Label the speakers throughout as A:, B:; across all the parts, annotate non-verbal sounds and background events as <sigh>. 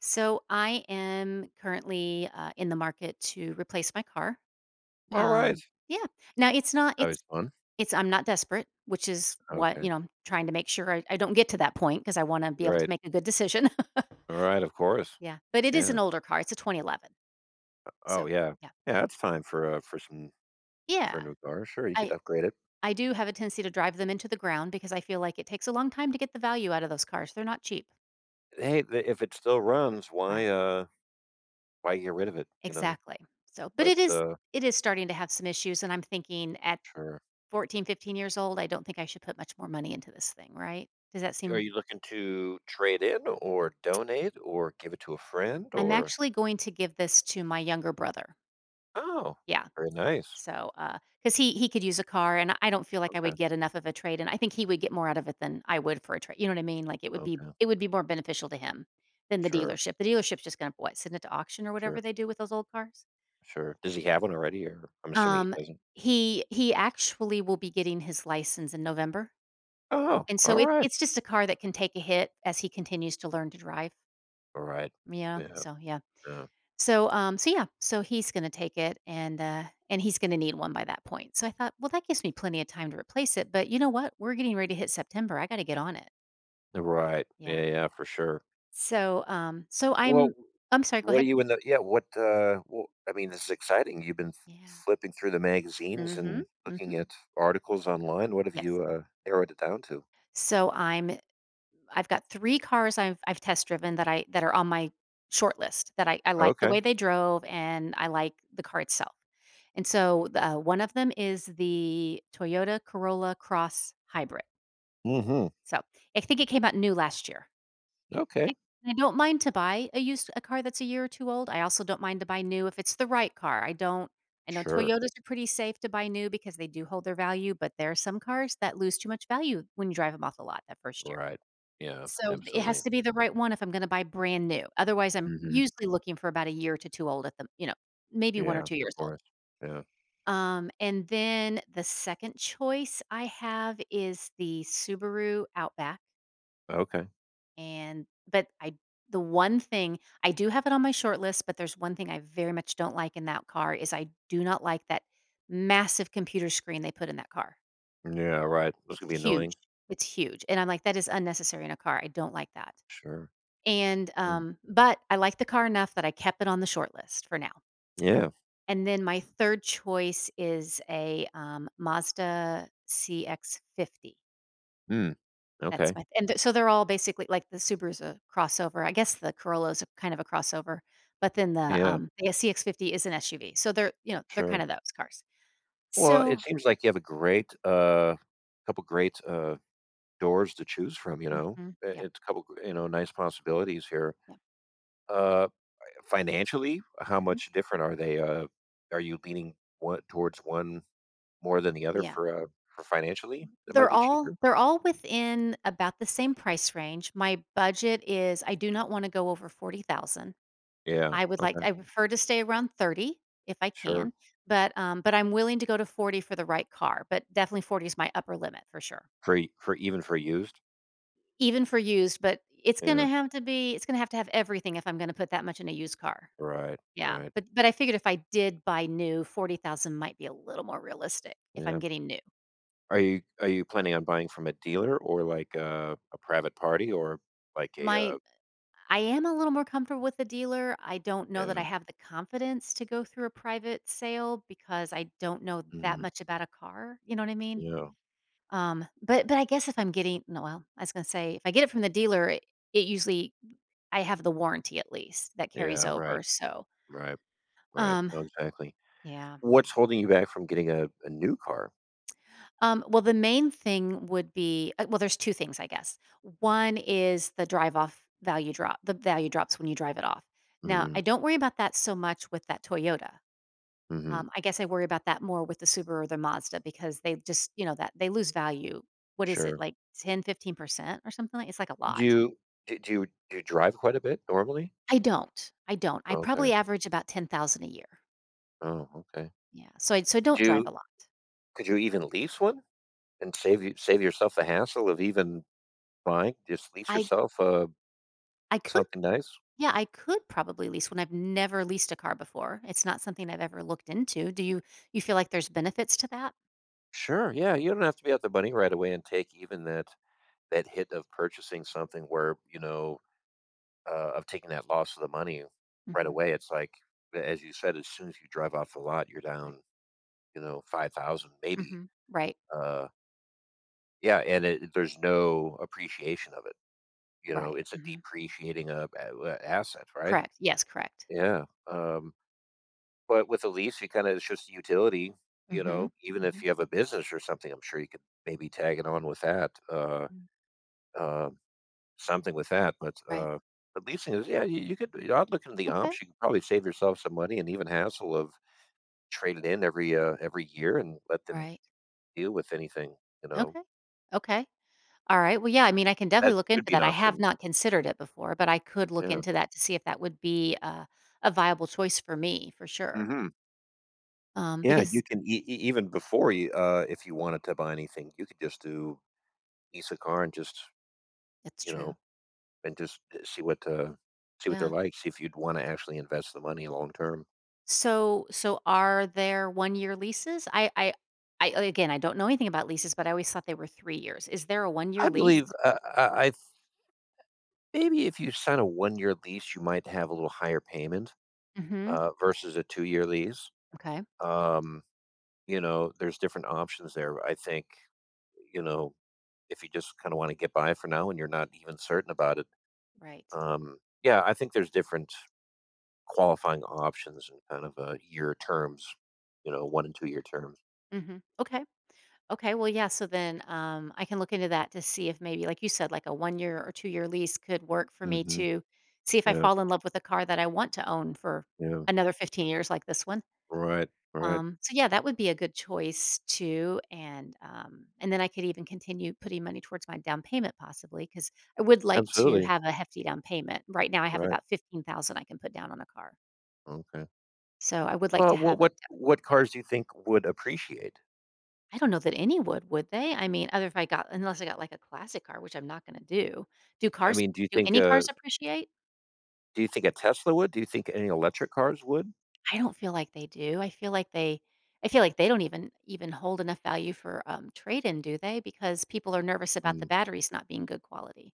A: So I am currently, in the market to replace my car.
B: Alright.
A: Um, yeah. Now it's not
B: That was
A: it's
B: fun.
A: it's I'm not desperate, which is what,
B: Okay.
A: you know, I'm trying to make sure I don't get to that point because I want to be able to
B: Right.
A: make a good decision. <laughs>
B: Alright, of course.
A: Yeah. But it
B: Yeah.
A: is an older car. It's a 2011.
B: Oh,
A: So,
B: yeah.
A: yeah.
B: Yeah, it's time for a
A: Yeah.
B: new car. Sure, you could
A: I
B: upgrade it.
A: I do have a tendency to drive them into the ground because I feel like it takes a long time to get the value out of those cars. They're not cheap.
B: Hey, the if it still runs,
A: Right.
B: why get rid of it, you know?
A: Exactly. So, but
B: But,
A: it is it is starting to have some issues and I'm thinking at
B: sure.
A: 14, 15 years old, I don't think I should put much more money into this thing, right? Does that
B: Are
A: seem?
B: you looking to trade in, or donate, or give it to a friend,
A: I'm
B: or—
A: actually going to give this to my younger brother.
B: oh,
A: Yeah.
B: very nice.
A: So, because he could use a car and I don't feel like I
B: Okay,
A: would get enough of a trade and I think he would get more out of it than I would for a trade. You know what I mean? Like it would be
B: okay.
A: it would be more beneficial to him than the
B: Sure,
A: dealership. The dealership's just going to what, send it to auction or whatever
B: sure,
A: they do with those old cars.
B: sure. Does he have one already, or I'm assuming he
A: Um
B: doesn't?
A: he actually will be getting his license in November.
B: Oh,
A: And so it's
B: alright.
A: it's just a car that can take a hit as he continues to learn to drive.
B: Alright.
A: Yeah,
B: Yeah,
A: so yeah.
B: yeah.
A: So he's going to take it and he's going to need one by that point. So I thought, well that gives me plenty of time to replace it, but you know what? We're getting ready to hit September. I got to get on it.
B: Right. Yeah,
A: Yeah.
B: yeah, for sure.
A: So um so
B: Well,
A: I'm I'm sorry, go
B: what are
A: ahead.
B: you in the yeah, well, I mean, this is exciting. You've been f
A: Yeah.
B: flipping through the magazines
A: Mhm.
B: and looking
A: Mhm.
B: at articles online. What have
A: Yes.
B: you, narrowed it down to?
A: So I'm I've got 3 cars I've test driven that are on my short list that I like the way
B: Okay.
A: they drove and I like the car itself. And so, the, one of them is the Toyota Corolla Cross Hybrid.
B: Mhm.
A: So, I think it came out new last year.
B: Okay.
A: And I don't mind to buy a used a car that's a year or 2 old. I also don't mind to buy new if it's the right car. I don't I know
B: Sure.
A: Toyotas are pretty safe to buy new because they do hold their value, but there are some cars that lose too much value when you drive them off the lot that 1st year.
B: Right. Yeah,
A: So it has
B: absolutely.
A: to be the right one if I'm gonna buy brand new. Otherwise, I'm
B: Mhm.
A: usually looking for about a year to 2 old at the you know, maybe 1 or
B: Yeah,
A: 2
B: of
A: years old.
B: course. Yeah.
A: And then the second choice I have is the Subaru Outback,
B: Okay.
A: and but I the one thing I do have it on my short list, but there's one thing I very much don't like in that car is I do not like that massive computer screen they put in that car.
B: Yeah, right. That's
A: It's
B: gonna be annoying.
A: huge. It's huge, and I'm like, "That is unnecessary in a car." I don't like that.
B: Sure.
A: And,
B: Yeah.
A: but I like the car enough that I kept it on the short list for now.
B: Yeah.
A: And then my third choice is a Mazda CX50.
B: Mm,
A: That's
B: okay.
A: my and th- so They're all basically like the Subaru's a crossover. I guess the Corolla's a kind of a crossover, but then the
B: Yeah,
A: um, the CX50 is an SUV. So they're you know they're kind
B: sure.
A: of those cars.
B: Well, it
A: So
B: seems like you have a great, couple great, doors to choose from, you know?
A: mhm,
B: Uh,
A: yeah,
B: It's a couple, nice possibilities here.
A: yeah,
B: Uh, Financially, how
A: mhm,
B: much different are they? Are you leaning towards one more than the other
A: yeah.
B: for financially? That might
A: They're
B: be
A: all
B: cheaper.
A: they're all within about the same price range. My budget is I do not want to go over 40,000.
B: Yeah.
A: I would like
B: Okay.
A: I prefer to stay around 30 if I
B: Sure.
A: can, but I'm willing to go to 40 for the right car, but definitely 40 is my upper limit for sure,
B: For even for used?
A: even for used, but it's
B: Yeah.
A: gonna have to be it's gonna have to have everything if I'm gonna put that much in a used car.
B: Right.
A: Yeah,
B: Right.
A: but I figured if I did buy new, 40,000 might be a little more realistic if I'm
B: Yeah.
A: getting new.
B: Are you planning on buying from a dealer, or like a private party, or like a,
A: My I am a little more comfortable with the dealer. I don't know that I
B: yeah.
A: have the confidence to go through a private sale because I don't know that
B: Mm,
A: much about a car, you know what I mean?
B: yeah,
A: But I guess if I'm getting no, well, I was gonna say if I get it from the dealer, it usually I have the warranty at least that carries
B: yeah. Right,
A: over. So
B: right, right.
A: um,
B: Oh, exactly.
A: yeah.
B: What's holding you back from getting a new car?
A: Well, the main thing would be well, there's two things I guess. One is the drive off value drop. The value drops when you drive it off. Now
B: Mhm,
A: I don't worry about that so much with that Toyota.
B: mhm,
A: I guess I worry about that more with the Subaru or the Mazda because they just you know that they lose value. What is it
B: sure.
A: like 10 15% or something? Like, it's like a
B: Do
A: lot.
B: you do you drive quite a bit normally?
A: I don't. I
B: Okay.
A: probably average about 10,000 a year.
B: Oh, okay.
A: Yeah, so I
B: Could
A: don't drive
B: you
A: a lot.
B: could you even lease one and save yourself the hassle of even buying? Just lease
A: I
B: yourself,
A: I could
B: something nice?
A: yeah, I could probably lease one. I've never leased a car before. It's not something I've ever looked into. Do you You feel like there's benefits to that?
B: Sure, yeah, you don't have to be out the money right away and take even that hit of purchasing something where, of taking that loss of the money right
A: Mhm,
B: away. It's like, a as you said, as soon as you drive off the lot, you're
A: right.
B: down, 5,000 maybe,
A: Mhm. Right,
B: uh, yeah, and it there's no appreciation of it,
A: right,
B: it's a
A: mhm.
B: depreciating, a asset, right?
A: Correct, yes, correct.
B: Yeah, but with a lease, you kinda it's just a utility, you know,
A: Mhm,
B: even if
A: mhm,
B: you have a business or something, I'm sure you could maybe tag it on with that,
A: mm,
B: uh, something with that,
A: right.
B: but leasing is, yeah, you could I'd look into the
A: Okay,
B: ops. You could probably save yourself some money and even hassle of trade it in every year and let them
A: right.
B: deal with anything, you know,
A: Okay, okay. Alright, well, yeah, I mean, I can
B: that
A: definitely look
B: could
A: into
B: be an
A: that. I have
B: option.
A: not considered it before, but I could look
B: Yeah.
A: into that to see if that would be a viable choice for me, for sure,
B: Mhm. Yeah, you
A: because
B: can e e even, before you if you wanted to buy anything, you could just do lease a car and just,
A: it's
B: you know,
A: true,
B: and just, see what they're
A: yeah.
B: like, see if you'd wanna actually invest the money long term.
A: So so are there one-year leases? I again, I don't know anything about leases, but I always thought they were 3 years. Is there a one-year
B: I
A: lease?
B: believe, I maybe if you sign a 1-year lease, you might have a little higher payment,
A: Mhm,
B: versus a 2-year lease.
A: okay,
B: Um, there's different options there. I think, you know, if you just kinda wanna get by for now and you're not even certain about it,
A: right,
B: yeah, I think there's different qualifying options and kind of, year terms, 1 and 2 year terms.
A: mhm, okay. Okay, well, yeah, so then I can look into that to see if maybe, like you said, like a 1 year or 2 year lease could work for me
B: Mhm.
A: to see if I
B: Yeah,
A: fall in love with a car that I want to own for
B: yeah.
A: another 15 years, like this one.
B: Right, right.
A: So yeah, that would be a good choice too, and then I could even continue putting money towards my down payment possibly because I would like to
B: Absolutely.
A: have a hefty down payment. Right now, I have
B: Right.
A: about 15,000 I can put down on a car,
B: Okay.
A: so I would like to
B: Well, what
A: have a good
B: what
A: down
B: what
A: payment.
B: cars do you think would appreciate?
A: I don't know that any would they? I mean, other if I got unless I got, like, a classic car, which I'm not gonna do. Do
B: I
A: cars
B: mean,
A: Do any cars appreciate?
B: do you think a Tesla would? Do you think any electric cars would?
A: I don't feel like they do. I feel like they don't even hold enough value for, trade-in, do they? Because people are nervous about the
B: Mm.
A: batteries not being good quality.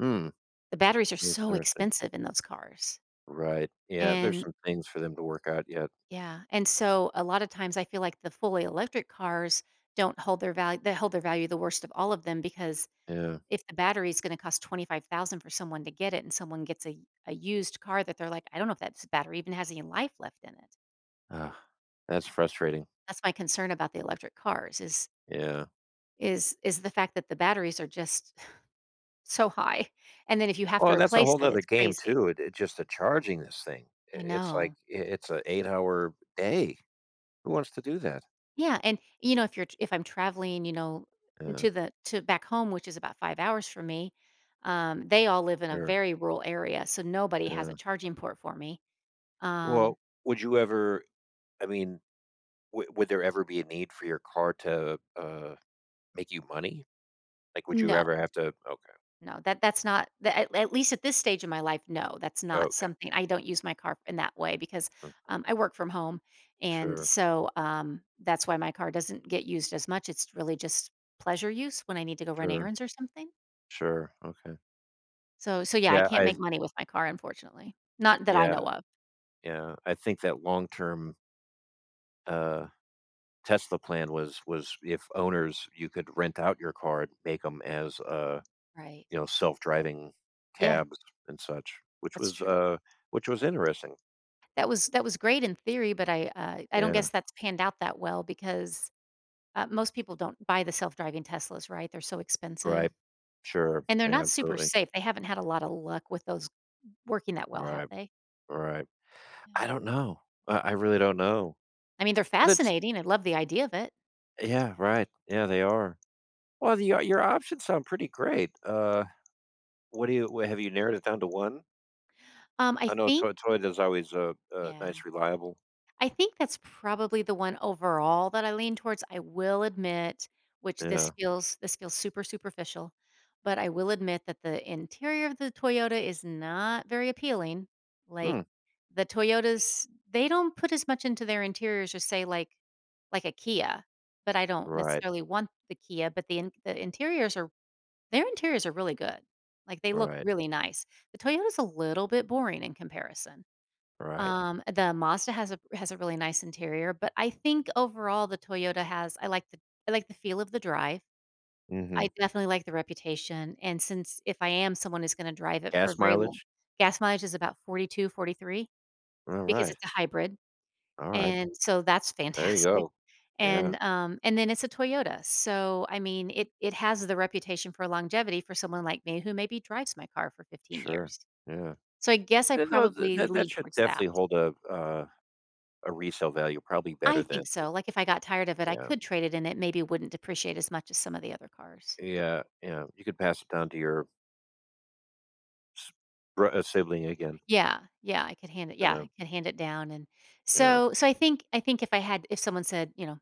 B: Mm.
A: The batteries are
B: That's
A: so
B: interesting.
A: expensive in those cars.
B: Right. Yeah, there's
A: And
B: some things for them to work out yet.
A: yeah, and so a lot of times I feel like the fully electric cars don't hold their value. They hold their value the worst of all of them because
B: Yeah.
A: if the battery is gonna cost 25,000 for someone to get it and someone gets a used car that they're like, "I don't know if that battery even has any life left in it."
B: Ah. That's frustrating.
A: That's my concern about the electric cars
B: Yeah.
A: is the fact that the batteries are just <laughs> so high, and then if you have to
B: Well, that's a
A: replace
B: whole
A: it,
B: nother
A: it's
B: game
A: crazy.
B: too. It just the charging this thing. I
A: I
B: It's like,
A: know.
B: I it's an 8-hour day. Who wants to do that?
A: Yeah, and, you know, if I'm traveling, you know,
B: Yeah,
A: to back home, which is about 5 hours from me, they all live in a
B: sure.
A: very rural area, so nobody has
B: Yeah.
A: a charging port for me. Um,
B: Well, would you ever I mean, w would there ever be a need for your car to, make you money? Like, would you
A: no.
B: ever have to— okay,
A: No, that that's not that at least at this stage of my life, no, that's not
B: okay,
A: something. I don't use my car in that way because,
B: mm,
A: I work from home, and
B: sure,
A: so, that's why my car doesn't get used as much, it's really just pleasure use when I need to go run
B: sure,
A: errands or something.
B: sure, okay.
A: So so, yeah, I
B: Yeah,
A: can't
B: I
A: make money with my car, unfortunately. Not that I
B: yeah,
A: know of.
B: yeah, I think that long-term, uh, Tesla plan was if owners you could rent out your car and make them as,
A: Right.
B: self-driving
A: Yeah,
B: cabs and such,
A: that's true.
B: which was interesting.
A: That was great in theory, but I don't
B: Yeah,
A: guess that's panned out that well because, most people don't buy the self-driving Teslas, right? They're so expensive.
B: right. Sure.
A: And they're
B: Yeah,
A: not super
B: absolutely.
A: safe. They haven't had a lot of luck with those working that well, have
B: Right,
A: they?
B: right. I
A: Yeah.
B: don't know. I really don't know.
A: I mean, they're
B: But it's
A: fascinating. I love the idea of it.
B: Yeah, right. Yeah, they are. Well, the o your options sound pretty great. What do you wha Have you narrowed it down to one?
A: I
B: I know
A: think
B: Toyota's always,
A: Yeah.
B: nice, reliable.
A: I think that's probably the one overall that I lean towards. I will admit, which this
B: Yeah.
A: feels this feels super superficial, but I will admit that the interior of the Toyota is not very appealing.
B: Hmm.
A: Like the Toyotas, they don't put as much into their interiors as say like a Kia, but I don't
B: Right,
A: necessarily want the Kia, but the interiors are their interiors are really good. Like they look
B: right,
A: really nice. The Toyota's a little bit boring in comparison.
B: right.
A: The Mazda has a really nice interior, but I think overall the Toyota has I like the feel of the drive. I
B: Mhm.
A: definitely like the reputation, and since if I am someone who's gonna drive it for a
B: Gas
A: very long,
B: mileage?
A: gas mileage is about 42, 43 because
B: Alright,
A: it's a hybrid,
B: alright.
A: and so that's
B: There you
A: fantastic,
B: go.
A: <laughs>
B: Yeah.
A: and then it's a Toyota, so, I mean, it has the reputation for longevity for someone like me who maybe drives my car for 15
B: Sure,
A: years.
B: yeah.
A: So I guess I
B: Th tho th
A: probably
B: that that
A: lean
B: should
A: towards that.
B: definitely hold a resale value probably better
A: I
B: than,
A: think so, like, if I got tired of it, I
B: yeah,
A: could trade it in, it maybe wouldn't depreciate as much as some of the other cars.
B: yeah, yeah, you could pass it down to your s bro sibling again, and,
A: Yeah, I could hand it down, and
B: yeah,
A: so so I think if I had if someone said, you know,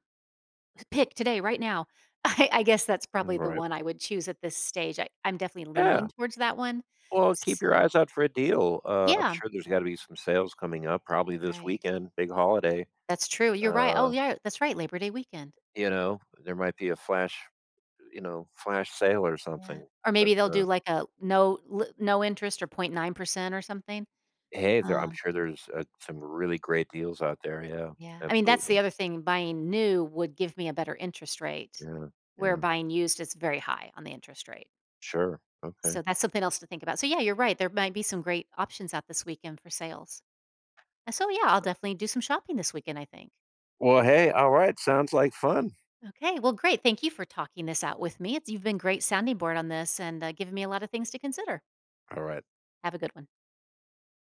A: "Pick today, right now," <laughs> I guess that's probably
B: Mm,
A: the
B: right.
A: one I would choose at this stage, I'm definitely
B: Yeah,
A: leaning towards that one,
B: well, keep your
A: so
B: eyes out for a deal. I'm
A: yeah,
B: sure there's gotta be some sales coming up probably this
A: right.
B: weekend, big holiday,
A: That's true, you're right, oh,
B: uh,
A: yeah, that's right, Labor Day weekend,
B: there might be a flash sale or
A: yeah,
B: something,
A: or
B: but,
A: maybe they'll do, like, a no interest or 0.9% or something.
B: hey, there I'm
A: Um
B: sure there's, some really great deals out there, yeah,
A: Yeah. I mean, that's
B: absolutely.
A: the other thing, buying new would give me a better interest rate,
B: Yeah,
A: where
B: yeah,
A: buying used is very high on the interest rate.
B: sure, okay.
A: So that's something else to think about. So yeah, you're right. There might be some great options out this weekend for sales. And so yeah, I'll definitely do some shopping this weekend, I think.
B: Well, hey, alright, sounds like fun.
A: Okay. Well, great. Thank you for talking this out with me. It's, you've been great sounding board on this and giving me a lot of things to consider.
B: Alright.
A: Have a good one.